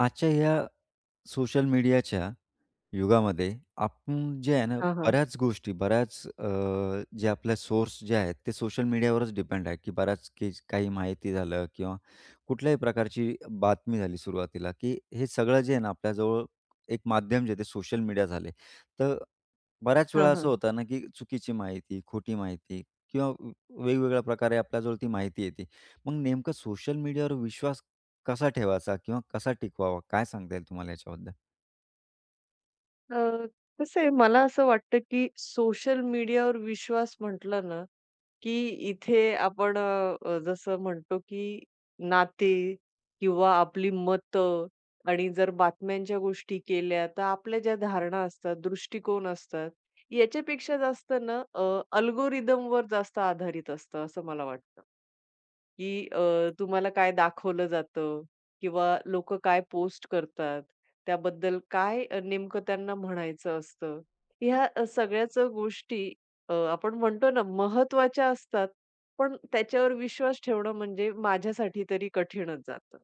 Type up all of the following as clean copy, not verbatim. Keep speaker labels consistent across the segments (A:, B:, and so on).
A: आजच्या या सोशल मीडियाच्या युगामध्ये आपण जे आहे ना,
B: हां, हां.
A: बऱ्याच गोष्टी, जे आपल्या सोर्स जे आहेत, ते सोशल मीडियावरच डिपेंड आहे, की बऱ्याच की काही माहिती झालं किंवा कुठल्याही प्रकारची बातमी झाली सुरुवातीला, की हे सगळं जे आहे ना, आपल्याजवळ एक माध्यम जे आहे, ते सोशल मीडिया झाले. तर बऱ्याच वेळा
B: हां,
A: असं
B: हां.
A: होतं ना, की चुकीची माहिती, खोटी माहिती किंवा वेगवेगळ्या प्रकारे आपल्याजवळ ती माहिती येते. मग नेमकं सोशल मीडियावर विश्वास कसा ठेवायचा किंवा कसा टिकवावा? काय सांगता येईल तुम्हाला याच्याबद्दल?
B: अ, कसं आहे मला असं वाटतं, की सोशल मीडियावर विश्वास म्हटलं ना, की इथे आपण अ, अ, जसं म्हणतो, की नाते किंवा आपली मतं आणि जर बातम्यांच्या गोष्टी केल्या, तर आपल्या ज्या धारणा असतात, दृष्टिकोन असतात, याच्यापेक्षा जास्त ना अल्गोरिदमवर जास्त आधारित असतं, असं मला वाटतं. की तुम्हाला काय दाखवलं जातं किंवा लोक काय पोस्ट करतात, त्याबद्दल काय नेमकं त्यांना म्हणायचं असतं. ह्या सगळ्याच गोष्टी आपण म्हणतो ना महत्त्वाच्या असतात, पण त्याच्यावर विश्वास ठेवणं म्हणजे माझ्यासाठी तरी कठीणच जातं.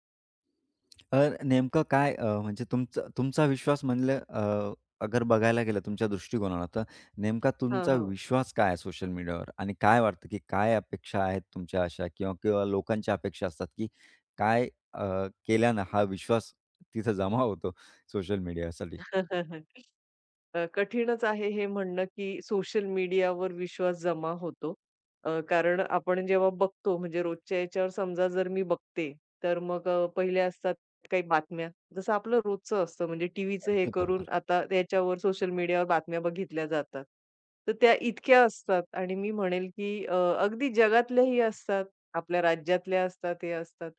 A: अ, नेमकं म्हणजे तुमचा तुमचा विश्वास म्हणलं, अगर बघायला गेलं तुमच्या दृष्टिकोनाला, तर नेमका
B: हां,
A: तुमचा
B: हां.
A: विश्वास काय आहे सोशल मीडियावर? आणि काय वाटतं, की काय अपेक्षा आहेत तुमच्या अशा किंवा किंवा लोकांच्या अपेक्षा असतात, की काय केल्यानं हा विश्वास तिथं जमा होतो सोशल मीडियासाठी?
B: कठीणच आहे हे म्हणणं, की सोशल मीडियावर विश्वास जमा होतो. कारण आपण जेव्हा बघतो म्हणजे रोजच्या याच्यावर समजा जर मी बघते, तर मग पहिल्या असतात काही बातम्या. जसं आपलं रोजचं असतं म्हणजे टीव्हीचं हे
A: अगदी
B: करून
A: बरोबर.
B: आता याच्यावर सोशल मीडियावर बातम्या बघितल्या जातात. तर त्या इतक्या असतात आणि मी म्हणेल, की अगदी जगातल्याही असतात, आपल्या राज्यातल्या असतात, हे असतात.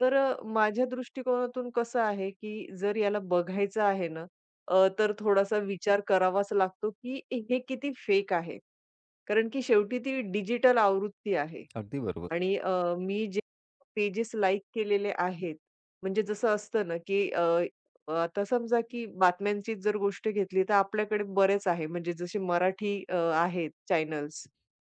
B: तर माझ्या दृष्टिकोनातून कसं आहे, की जर याला बघायचं आहे ना, तर थोडासा विचार करावाच लागतो, की हे किती फेक आहे. कारण की शेवटी ती डिजिटल आवृत्ती आहे
A: अगदी बरोबर.
B: आणि मी जे पेजेस लाईक केलेले आहेत, म्हणजे जसं असतं ना, की आता समजा की बातम्यांचीच जर गोष्ट घेतली, तर आपल्याकडे बरेच आहे. म्हणजे जसे मराठी आहेत चॅनल्स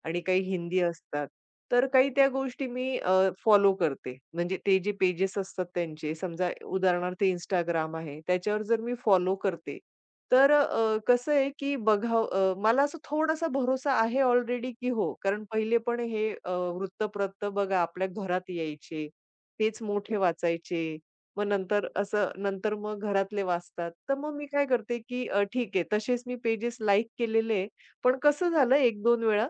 B: आणि काही हिंदी असतात. तर काही त्या गोष्टी मी फॉलो करते. म्हणजे ते जे पेजेस असतात त्यांचे, समजा उदाहरणार्थ Instagram आहे, त्याच्यावर जर मी फॉलो करते, तर कसं आहे, की मला असं थोडासा भरोसा आहे ऑलरेडी, की हो. कारण पहिले पण हे वृत्तपत्र बघा आपल्या घरात यायचे. तेच मोठे वाचायचे. मग नंतर असं नंतर मग घरातले वाचतात. तर मग मी काय करते, की ठीक आहे तसेच मी पेजेस लाइक केलेले आहे. पण कसं झालं एक 2 वेळा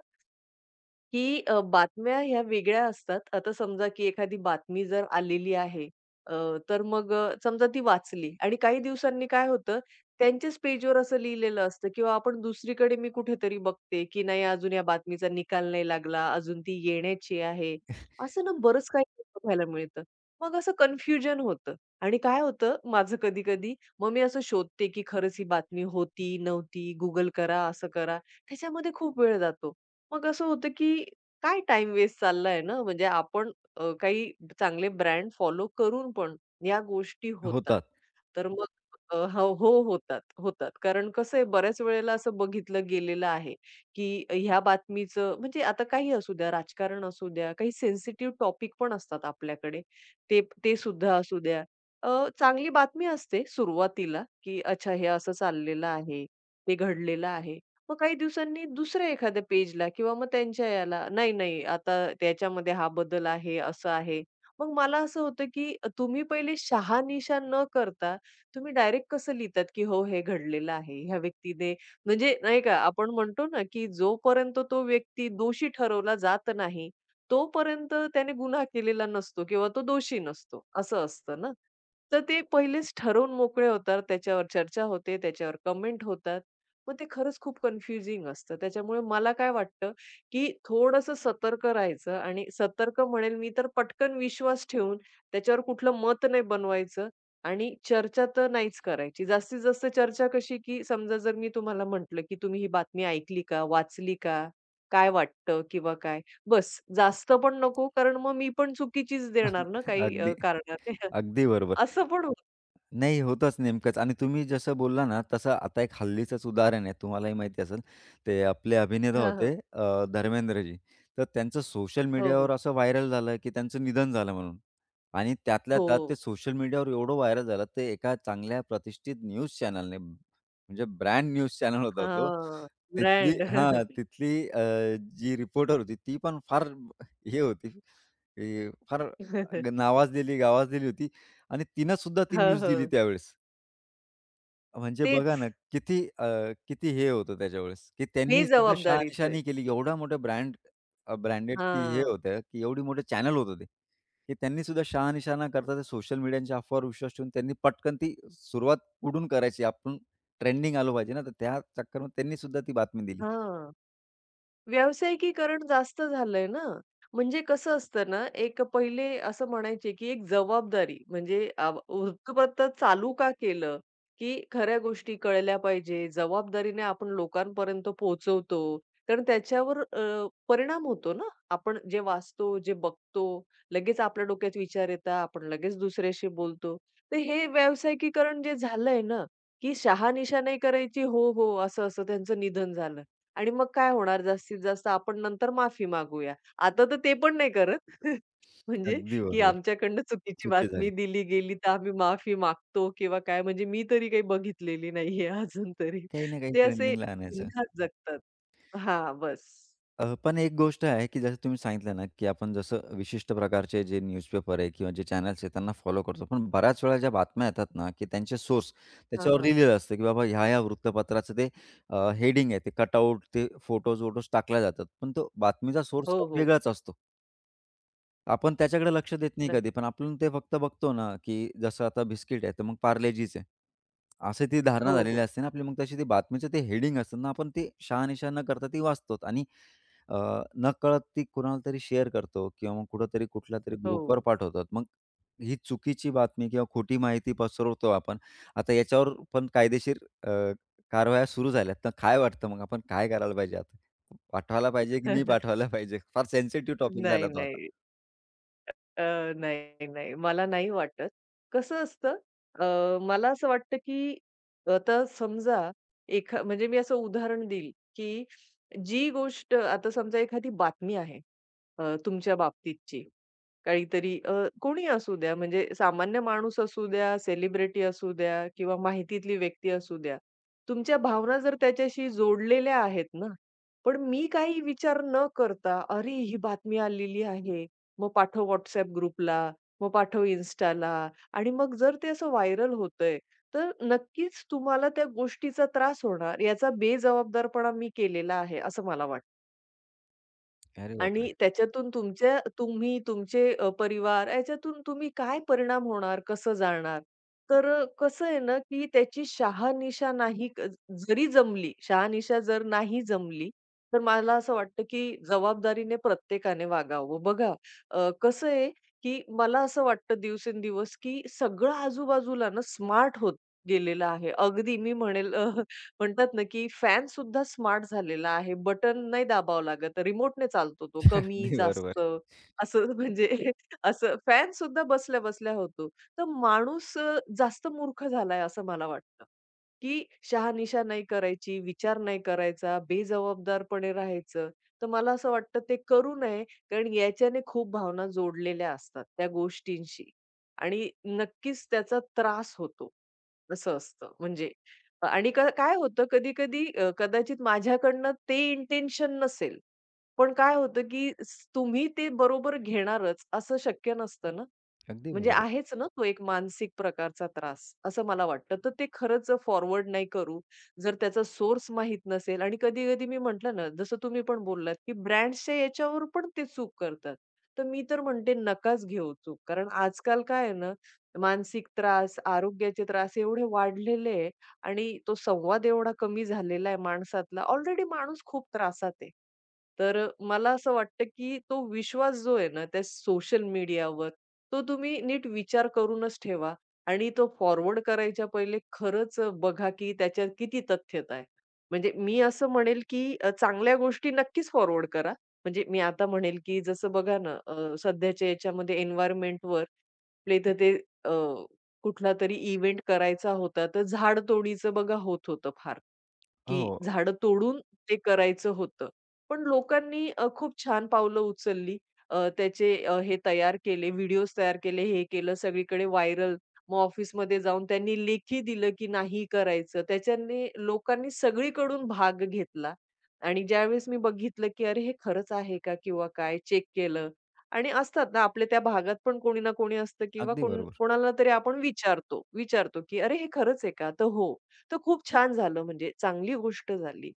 B: की बातम्या ह्या वेगळ्या असतात. आता समजा की एखादी बातमी जर आलेली आहे, अ, तर मग समजा ती वाचली आणि काही दिवसांनी काय होतं, त्यांच्याच पेजवर असं लिहिलेलं असतं किंवा आपण दुसरीकडे मी कुठेतरी बघते, की नाही अजून या बातमीचा निकाल नाही लागला, अजून ती येण्याची आहे. असं ना बरंच काही बघायला मिळतं. मग असं कन्फ्युजन होतं आणि काय होतं माझं कधी-कधी, मग मी असं शोधते, की खरंच ही बातमी होती, नव्हती, Google करा, असं करा. त्याच्यामध्ये खूप वेळ जातो. मग असं होतं, की काय टाइम वेस्ट चाललाय ना, म्हणजे आपण काही चांगले ब्रँड फॉलो करून पण या गोष्टी होतात.
A: होतात.
B: तर मग हो, हो होतात, होतात. कारण कसं आहे बऱ्याच वेळेला असं बघितलं गेलेलं आहे, की ह्या बातमीचं म्हणजे आता काही असू द्या, राजकारण असू द्या, काही सेन्सिटिव्ह टॉपिक पण असतात आपल्याकडे. ते ते सुद्धा असू द्या. चांगली बातमी असते सुरुवातीला, की अच्छा हे असं चाललेलं आहे, ते घडलेलं आहे. मग काही दिवसांनी दुसऱ्या एखाद्या पेजला किंवा मग त्यांच्या याला, नाही, नाही, आता त्याच्यामध्ये हा बदल आहे, असं आहे. मग मला असं होतं, की तुम्ही पहिले शहानिशा न करता तुम्ही डायरेक्ट कसं लिहितात, की हो, हे घडलेलं आहे. ह्या व्यक्तीने म्हणजे नाही का आपण म्हणतो ना, की जोपर्यंत तो व्यक्ती दोषी ठरवला जात नाही, तोपर्यंत त्याने गुन्हा केलेला नसतो किंवा तो दोषी नसतो, असं असतं ना. तर ते पहिलेच ठरवून मोकळे होतात, त्याच्यावर चर्चा होते, त्याच्यावर कमेंट होतात. मग ते खरंच खूप कन्फ्युजिंग असतं. त्याच्यामुळे मला काय वाटतं, की थोडंसं सतर्क राहायचं आणि सतर्क म्हणेल मी तर पटकन विश्वास ठेवून त्याच्यावर कुठलं मत नाही बनवायचं आणि चर्चा तर नाहीच करायची. जास्तीत जास्त चर्चा कशी, की समजा जर मी तुम्हाला म्हटलं, की "तुम्ही ही बातमी ऐकली का? वाचली का? काय वाटतं?" किंवा काय. बस जास्त पण नको कारण मग मी पण चुकीचीच देणार ना
A: अगदी,
B: काही
A: अगदी,
B: कारणाने.
A: अगदी बरोबर.
B: असं पण होतं.
A: नाही, होतंच नेमकंच आणि तुम्ही जसं बोलला ना, तसं आता एक हल्लीचंच उदाहरण आहे, तुम्हालाही माहिती असेल. ते आपले अभिनेता
B: हां, हां.
A: होते धर्मेंद्रजी. तर त्यांचं सोशल
B: हो, हो.
A: मीडियावर असं व्हायरल झालं, की त्यांचं निधन झालं म्हणून आणि त्यातल्या
B: हो.
A: त्यात ते सोशल मीडियावर एवढं व्हायरल झालं, ते एका चांगल्या प्रतिष्ठित न्यूज चॅनलने म्हणजे ब्रँड न्यूज चॅनल होता तो.
B: हां.
A: तिथली
B: ब्रँड.
A: हां, तिथली जी रिपोर्टर होती, ती पण फार हे होती, की फार नावाजलेली, गावाजलेली होती. आणि तिनं सुद्धा ती
B: हो,
A: न्यूज दिली
B: हो.
A: त्यावेळेस. म्हणजे
B: तेच
A: बघा ना, किती हे होतं त्याच्यावेळेस, की त्यांनी सुद्धा शहानिशा
B: बेजबाबदारीचं आहे.
A: केली. एवढा मोठा ब्रँड ब्रँडेड की हे
B: हां,
A: होतं, की एवढी मोठं चॅनल होतं ते, की त्यांनी सुद्धा शहानिशा न करता ते सोशल मीडियाच्या अफवावर विश्वास ठेवून त्यांनी पटकन ती सुरुवात कुठून करायची? आपण ट्रेंडिंग आलो पाहिजे ना, तर त्या चक्करमध्ये त्यांनी सुद्धा ती बातमी दिली.
B: हां. व्यावसायिकीकरण जास्त झालंय ना. म्हणजे कसं असतं ना, एक पहिले असं म्हणायचे, की एक जबाबदारी म्हणजे वृत्तपत्र चालू का केलं, की खऱ्या गोष्टी कळल्या पाहिजे. जबाबदारीने आपण लोकांपर्यंत पोहोचवतो. कारण त्याच्यावर परिणाम होतो ना. आपण जे वाचतो, जे बघतो, लगेच आपल्या डोक्यात विचार येतात. आपण लगेच दुसऱ्याशी बोलतो. तर हे व्यावसायिकीकरण जे झालंय ना, की शहानिशा नाही करायची. हो, हो, असं-असं त्यांचं निधन झालं. आणि मग काय होणार जास्तीत जास्त आपण नंतर माफी मागूया. आता तर ते पण नाही करत. म्हणजे
A: अगदी
B: की
A: बरोबर.
B: आमच्याकडनं चुकीची
A: चुकी
B: बातमी
A: झाली.
B: दिली गेली तर आम्ही माफी मागतो किंवा काय म्हणजे मी तरी काही बघितलेली नाहीये अजून तरी.
A: काही ना काही
B: ते असे
A: ट्रेंडिंगला आणायचं.
B: बिनधास्त जगतात. हां, बस.
A: पण एक गोष्ट आहे, की जसं तुम्ही सांगितलं ना, की आपण जसं विशिष्ट प्रकारचे जे न्यूजपेपर आहे किंवा जे चॅनल्स आहेत त्यांना फॉलो करतो. पण बऱ्याच वेळा ज्या बातम्या येतात ना, की त्यांचे सोर्स
B: हां,
A: त्याच्यावर
B: हां.
A: लिहिलेलं असतं, की बाबा ह्या-ह्या वृत्तपत्राचं ते हेडिंग आहे, ते कटआउट, ते फोटोज-वोटोज टाकल्या जातात. पण तो बातमीचा सोर्स
B: हो, हो.
A: वेगळाच असतो. आपण त्याच्याकडे लक्ष देत नाही
B: न
A: कधी, पण आपण ते फक्त बघतो ना, की जसं आता बिस्किट आहे, तर मग पार्लेजीच आहे. अशी ती धारणा
B: हो,
A: झालेली
B: हो.
A: असते ना आपली. मग तशी ती बातमीचं ते हेडिंग असतं ना, आपण ती शहानिशा न करता ती वाचतो आणि अ, नकळत ती कुणाला तरी शेअर करतो किंवा मग कुठेतरी कुठल्यातरी
B: हो.
A: ग्रुपवर पाठवतात. मग ही चुकीची बातमी किंवा खोटी माहिती पसरवतो आपण. आता याच्यावर पण कायदेशीर अ, कारवाया सुरू झाल्यात. तर काय वाटतं मग आपण काय करायला पाहिजे आता? पाठवायला पाहिजे की नाही पाठवायला पाहिजे? फार सेन्सिटिव्ह टॉपिक झाला
B: नाही,
A: तो आता.
B: नाही. अ, नाही, नाही. मला नाही वाटत. कसं असतं मला असं वाटतं, की आता समजा म्हणजे मी असं उदाहरण देईल, की जी गोष्ट आता समजा एखादी बातमी आहे तुमच्या बाबतीतची काहीतरी कोणी असू द्या म्हणजे सामान्य माणूस असू द्या, सेलिब्रिटी असू द्या किंवा माहितीतली व्यक्ती असू द्या. तुमच्या भावना जर त्याच्याशी जोडलेल्या आहेत ना, पण मी काही विचार न करता, "अरे, ही बातमी आलेली आहे. मग पाठव WhatsApp ग्रुपला, मग पाठव Instaला आणि मग जर ते असं व्हायरल होतंय, तर नक्कीच तुम्हाला त्या गोष्टीचा त्रास होणार याचा बेजबाबदारपणा मी केलेला आहे, असं मला वाटतं.
A: अरे बापरे!
B: आणि त्याच्यातून तुमच्या तुम्ही, तुमचे परिवार याच्यातून तुम्ही काय परिणाम होणार, कसं जाणार? तर कसं आहे ना, की त्याची शहानिशा नाही जरी जमली, शहानिशा जर नाही जमली, तर मला असं वाटतं, की जबाबदारीने प्रत्येकाने वागावं. बघा कसं आहे, की मला असं वाटतं दिवसेंदिवस, की सगळं आजूबाजूला ना स्मार्ट होत गेलेलं आहे. अगदी मी म्हणेल म्हणतात ना, की फॅन सुद्धा स्मार्ट झालेला आहे. बटन नाही दाबावं लागत. रिमोटने चालतो तो. कमी,
A: अगदी बरोबर,
B: जास्त असं म्हणजे असं फॅन सुद्धा बसल्या-बसल्या होतो. तर माणूस जास्त मूर्ख झालाय असं मला वाटतं, की शहानिशा नाही करायची, विचार नाही करायचा, बेजबाबदारपणे राहायचं. तर मला असं वाटतं ते करू नये, कारण याच्याने खूप भावना जोडलेल्या असतात त्या गोष्टींशी आणि नक्कीच त्याचा त्रास होतो. असं असतं म्हणजे आणि काय होतं कधी-कधी कदाचित माझ्याकडनं ते इंटेन्शन नसेल. पण काय होतं, की तुम्ही ते बरोबर घेणारच असं शक्य नसतं ना.
A: अगदी
B: म्हणजे
A: बरोबर.
B: आहेच ना तो एक मानसिक प्रकारचा त्रास, असं मला वाटतं. तर ते खरंच फॉरवर्ड नाही करू. जर त्याचा सोर्स माहित नसेल आणि कधी-कधी मी म्हटलं ना, जसं तुम्ही पण बोललात, की ब्रँड्सच्या याच्यावर पण ते चूक करतात. तर मी तर म्हणते नकाच घेऊ चूक. कारण आजकाल काय आहे ना, मानसिक त्रास, आरोग्याचे त्रास एवढे वाढलेले आहे आणि तो संवाद एवढा कमी झालेला आहे माणसातला. ऑलरेडी माणूस खूप त्रासात आहे. तर मला असं वाटतं, की तो विश्वास जो आहे ना, त्या सोशल मीडियावर तो तुम्ही नीट विचार करूनच ठेवा आणि तो फॉरवर्ड करायच्या पहिले खरंच बघा की त्याच्यात किती तथ्यता आहे. म्हणजे मी असं म्हणेल की चांगल्या गोष्टी नक्कीच फॉरवर्ड करा. म्हणजे मी आता म्हणेल की जसं बघा ना सध्याच्या याच्यामध्ये एन्व्हायर्नमेंटवर आपल्या इथं ते अ, कुठलातरी इव्हेंट करायचा होता, तर झाडतोडीचं बघा होत होतं फार. की
A: हो,
B: झाडं तोडून ते करायचं होतं. पण लोकांनी खूप छान पावलं उचलली. त्याचे हे तयार केले, व्हिडिओज तयार केले, हे केलं, सगळीकडे व्हायरल. मग ऑफिसमध्ये जाऊन त्यांनी लेखी दिलं, की नाही करायचं. त्याच्याने लोकांनी सगळीकडून भाग घेतला आणि ज्यावेळेस मी बघितलं, की अरे हे खरंच आहे का किंवा काय चेक केलं आणि असतात ना आपल्या त्या भागात पण कोणी ना कोणी असतं किंवा
A: अगदी
B: कोण
A: बरोबर.
B: कोणाला तरी आपण विचारतो विचारतो, की "अरे हे खरंच आहे का?" तर हो. तर खूप छान झालं म्हणजे चांगली गोष्ट झाली.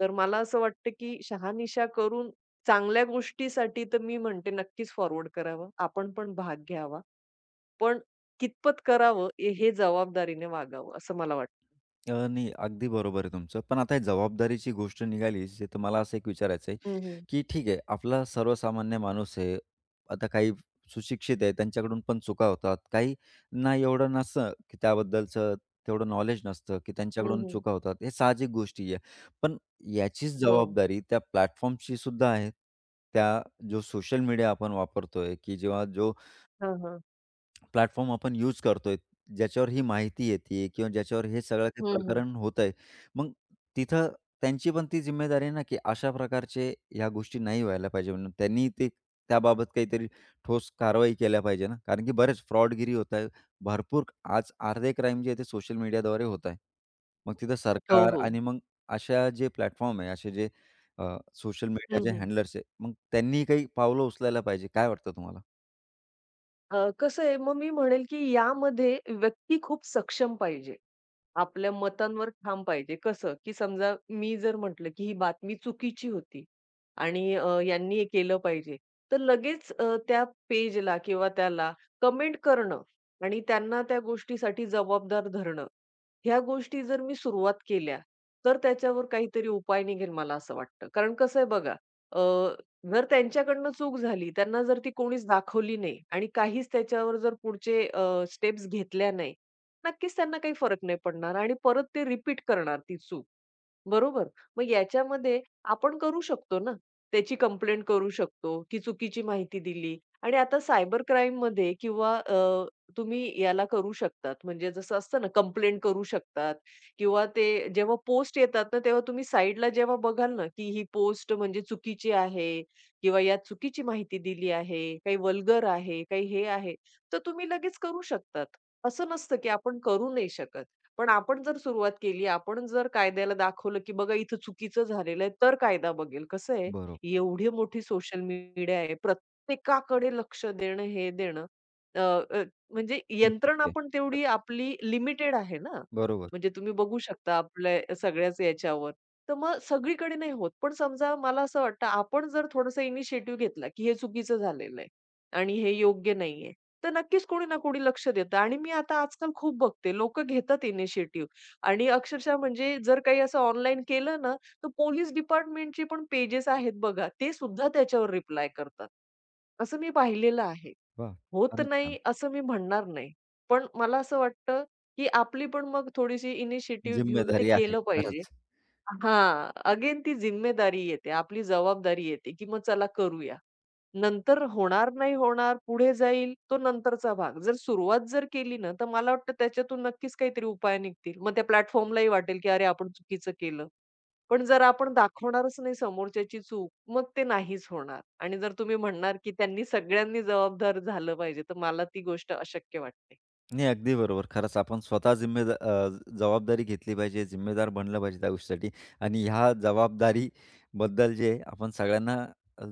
B: तर मला असं वाटतं, की शहानिशा करून चांगल्या गोष्टीसाठी तर मी म्हणते नक्कीच फॉरवर्ड करावं. आपण पण भाग घ्यावा. पण कितपत करावं हे हे जबाबदारीने वागावं असं मला वाटतं.
A: नाही, अगदी बरोबर आहे तुमचं. पण आता हे जबाबदारीची गोष्ट निघालीच, तर मला असं एक विचारायचं आहे,
B: हं, हं.
A: की ठीक आहे आपला सर्वसामान्य माणूस आहे. आता काही सुशिक्षित आहे, त्यांच्याकडून पण चुका होतात. काही ना एवढं नसतं, की त्याबद्दलचं तेवढं नॉलेज नसतं, की
B: हं,
A: त्यांच्याकडून
B: हं.
A: चुका होतात. हे साहजिक गोष्टी आहे. पण याचीच
B: हो.
A: जबाबदारी त्या प्लॅटफॉर्मची सुद्धा आहे. त्या जो सोशल मीडिया आपण वापरतोय, की जेव्हा जो
B: हां, हां.
A: प्लॅटफॉर्म आपण यूज करतोय, ज्याच्यावर ही माहिती येतीये किंवा ज्याच्यावर हे सगळं काही
B: हं, हं.
A: प्रकरण होतंय. मग तिथं त्यांची पण ती जिम्मेदारी आहे ना, की अशा प्रकारचे ह्या गोष्टी नाही व्हायला पाहिजे म्हणून त्यांनी ते त्याबाबत काहीतरी ठोस कारवाई केल्या पाहिजे ना, कारण की बरेच फ्रॉडगिरी होत आहे. भरपूर आज अर्धे क्राईम जे आहे ते सोशल मीडियाद्वारे होत आहे. मग तिथं
B: हो,
A: सरकार
B: हो.
A: आणि मग अशा जे प्लॅटफॉर्म आहे, असे जे सोशल
B: हं,
A: मीडियाचे
B: हं.
A: हँडलर्स आहे, मग त्यांनी काही पावलं उचलायला पाहिजे. काय वाटतं तुम्हाला?
B: कसं आहे, मग मी म्हणेल, की यामध्ये व्यक्ती खूप सक्षम पाहिजे. आपल्या मतांवर ठाम पाहिजे. कसं, की समजा मी जर म्हटलं, की ही बातमी चुकीची होती आणि यांनी हे केलं पाहिजे. तर लगेच त्या पेजला किंवा त्याला कमेंट करणं आणि त्यांना त्या गोष्टीसाठी जबाबदार धरणं. ह्या गोष्टी जर मी सुरुवात केल्या, तर त्याच्यावर काहीतरी उपाय निघेल मला असं वाटतं. कारण कसं आहे बघा, जर त्यांच्याकडनं चूक झाली, त्यांना जर ती कोणीच दाखवली नाही आणि काहीच त्याच्यावर जर पुढचे स्टेप्स घेतल्या नाही, नक्कीच त्यांना काही फरक नाही पडणार आणि परत ते रिपीट करणार ती चूक. बरोबर. मग याच्यामध्ये आपण करू शकतो ना, त्याची कंप्लेंट करू शकतो, की चुकीची माहिती दिली आणि आता सायबर क्राईममध्ये किंवा तुम्ही याला करू शकतात, म्हणजे जसं असतं ना कंप्लेंट करू शकतात किंवा ते जेव्हा पोस्ट येतात ना, तेव्हा तुम्ही साइडला जेव्हा बघाल ना, की ही पोस्ट म्हणजे चुकीची आहे किंवा यात चुकीची माहिती दिली आहे, काही वल्गर आहे, काही हे आहे, तर तुम्ही लगेच करू शकतात. असं नसतं, की आपण करू नाही शकत. पण आपण जर सुरुवात केली, आपण जर कायद्याला दाखवलं, की बघा इथं चुकीचं झालेलं आहे, तर कायदा बघेल. कसं आहे,
A: बरोबर.
B: एवढी मोठी सोशल मीडिया आहे, प्रत्येकाकडे लक्ष देणं, हे देणं अ, अ, म्हणजे यंत्रणा
A: शक्य
B: पण
A: आहे.
B: तेवढी आपली लिमिटेड आहे ना.
A: बरोबर.
B: म्हणजे तुम्ही बघू शकता आपल्या सगळ्याच याच्यावर. तर मग सगळीकडे नाही होत. पण समजा मला असं वाटतं, आपण जर थोडासा इनिशिएटिव्ह घेतला, की हे चुकीचं झालेलं आहे आणि हे योग्य नाहीये. तर नक्कीच कोणी ना कोणी लक्ष देतं आणि मी आता आजकाल खूप बघते, लोकं घेतात इनिशिएटिव्ह आणि अक्षरशः म्हणजे जर काही असं ऑनलाईन केलं ना, तर पोलीस डिपार्टमेंटचे पण पेजेस आहेत बघा, ते सुद्धा त्याच्यावर रिप्लाय करतात. असं मी पाहिलेलं आहे.
A: वाह!
B: होत
A: फारच छान.
B: नाही असं मी म्हणणार नाही. पण मला असं वाटतं, की आपली पण मग थोडीशी इनिशिएटिव्ह घेऊन ते
A: जिम्मेदारी आहे.
B: केलं पाहिजे.
A: खरंच.
B: हां, अगेन ती जिम्मेदारी येते, आपली जबाबदारी येते, की मग चला करूया. नंतर होणार नाही होणार, पुढे जाईल, तो नंतरचा भाग. जर सुरुवात केली ना, तर मला वाटतं त्याच्यातून नक्कीच काहीतरी उपाय निघतील. मग त्या प्लॅटफॉर्मलाही वाटेल, की अरे आपण चुकीचं केलं. पण जर आपण दाखवणारच नाही समोरच्याची चूक, मग ते नाहीच होणार आणि जर तुम्ही म्हणणार, की त्यांनी सगळ्यांनी जबाबदार झालं पाहिजे, तर मला ती गोष्ट अशक्य वाटते.
A: नाही, अगदी बरोबर. खरंच आपण स्वतः जबाबदारी घेतली पाहिजे, जिम्मेदार बनलं पाहिजे त्या गोष्टीसाठी आणि ह्या जबाबदारीबद्दल जे आहे, आपण सगळ्यांना अ,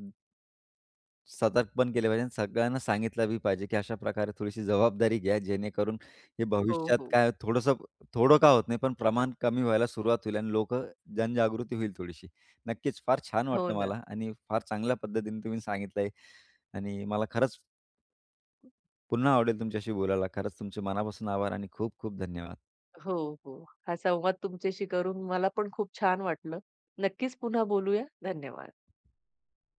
A: सतर्क पण केलं पाहिजे आणि सगळ्यांना सांगितलं बी पाहिजे, की अशा प्रकारे थोडीशी जबाबदारी घ्या, जेणेकरून हे
B: हो,
A: भविष्यात
B: हो.
A: काय थोडंसं थोडं का होत नाही, पण प्रमाण कमी व्हायला सुरुवात होईल आणि लोकं जनजागृती होईल थोडीशी. नक्कीच फार छान
B: हो
A: वाटलं
B: ना.
A: मला आणि फार चांगल्या पद्धतीने तुम्ही सांगितलंय आणि मला खरंच पुन्हा आवडेल तुमच्याशी बोलायला. खरंच तुमचे मनापासून आभार आणि खूप खूप धन्यवाद.
B: हो, हो. हा संवाद तुमच्याशी करून मला पण खूप छान वाटलं. नक्कीच पुन्हा बोलूया. धन्यवाद.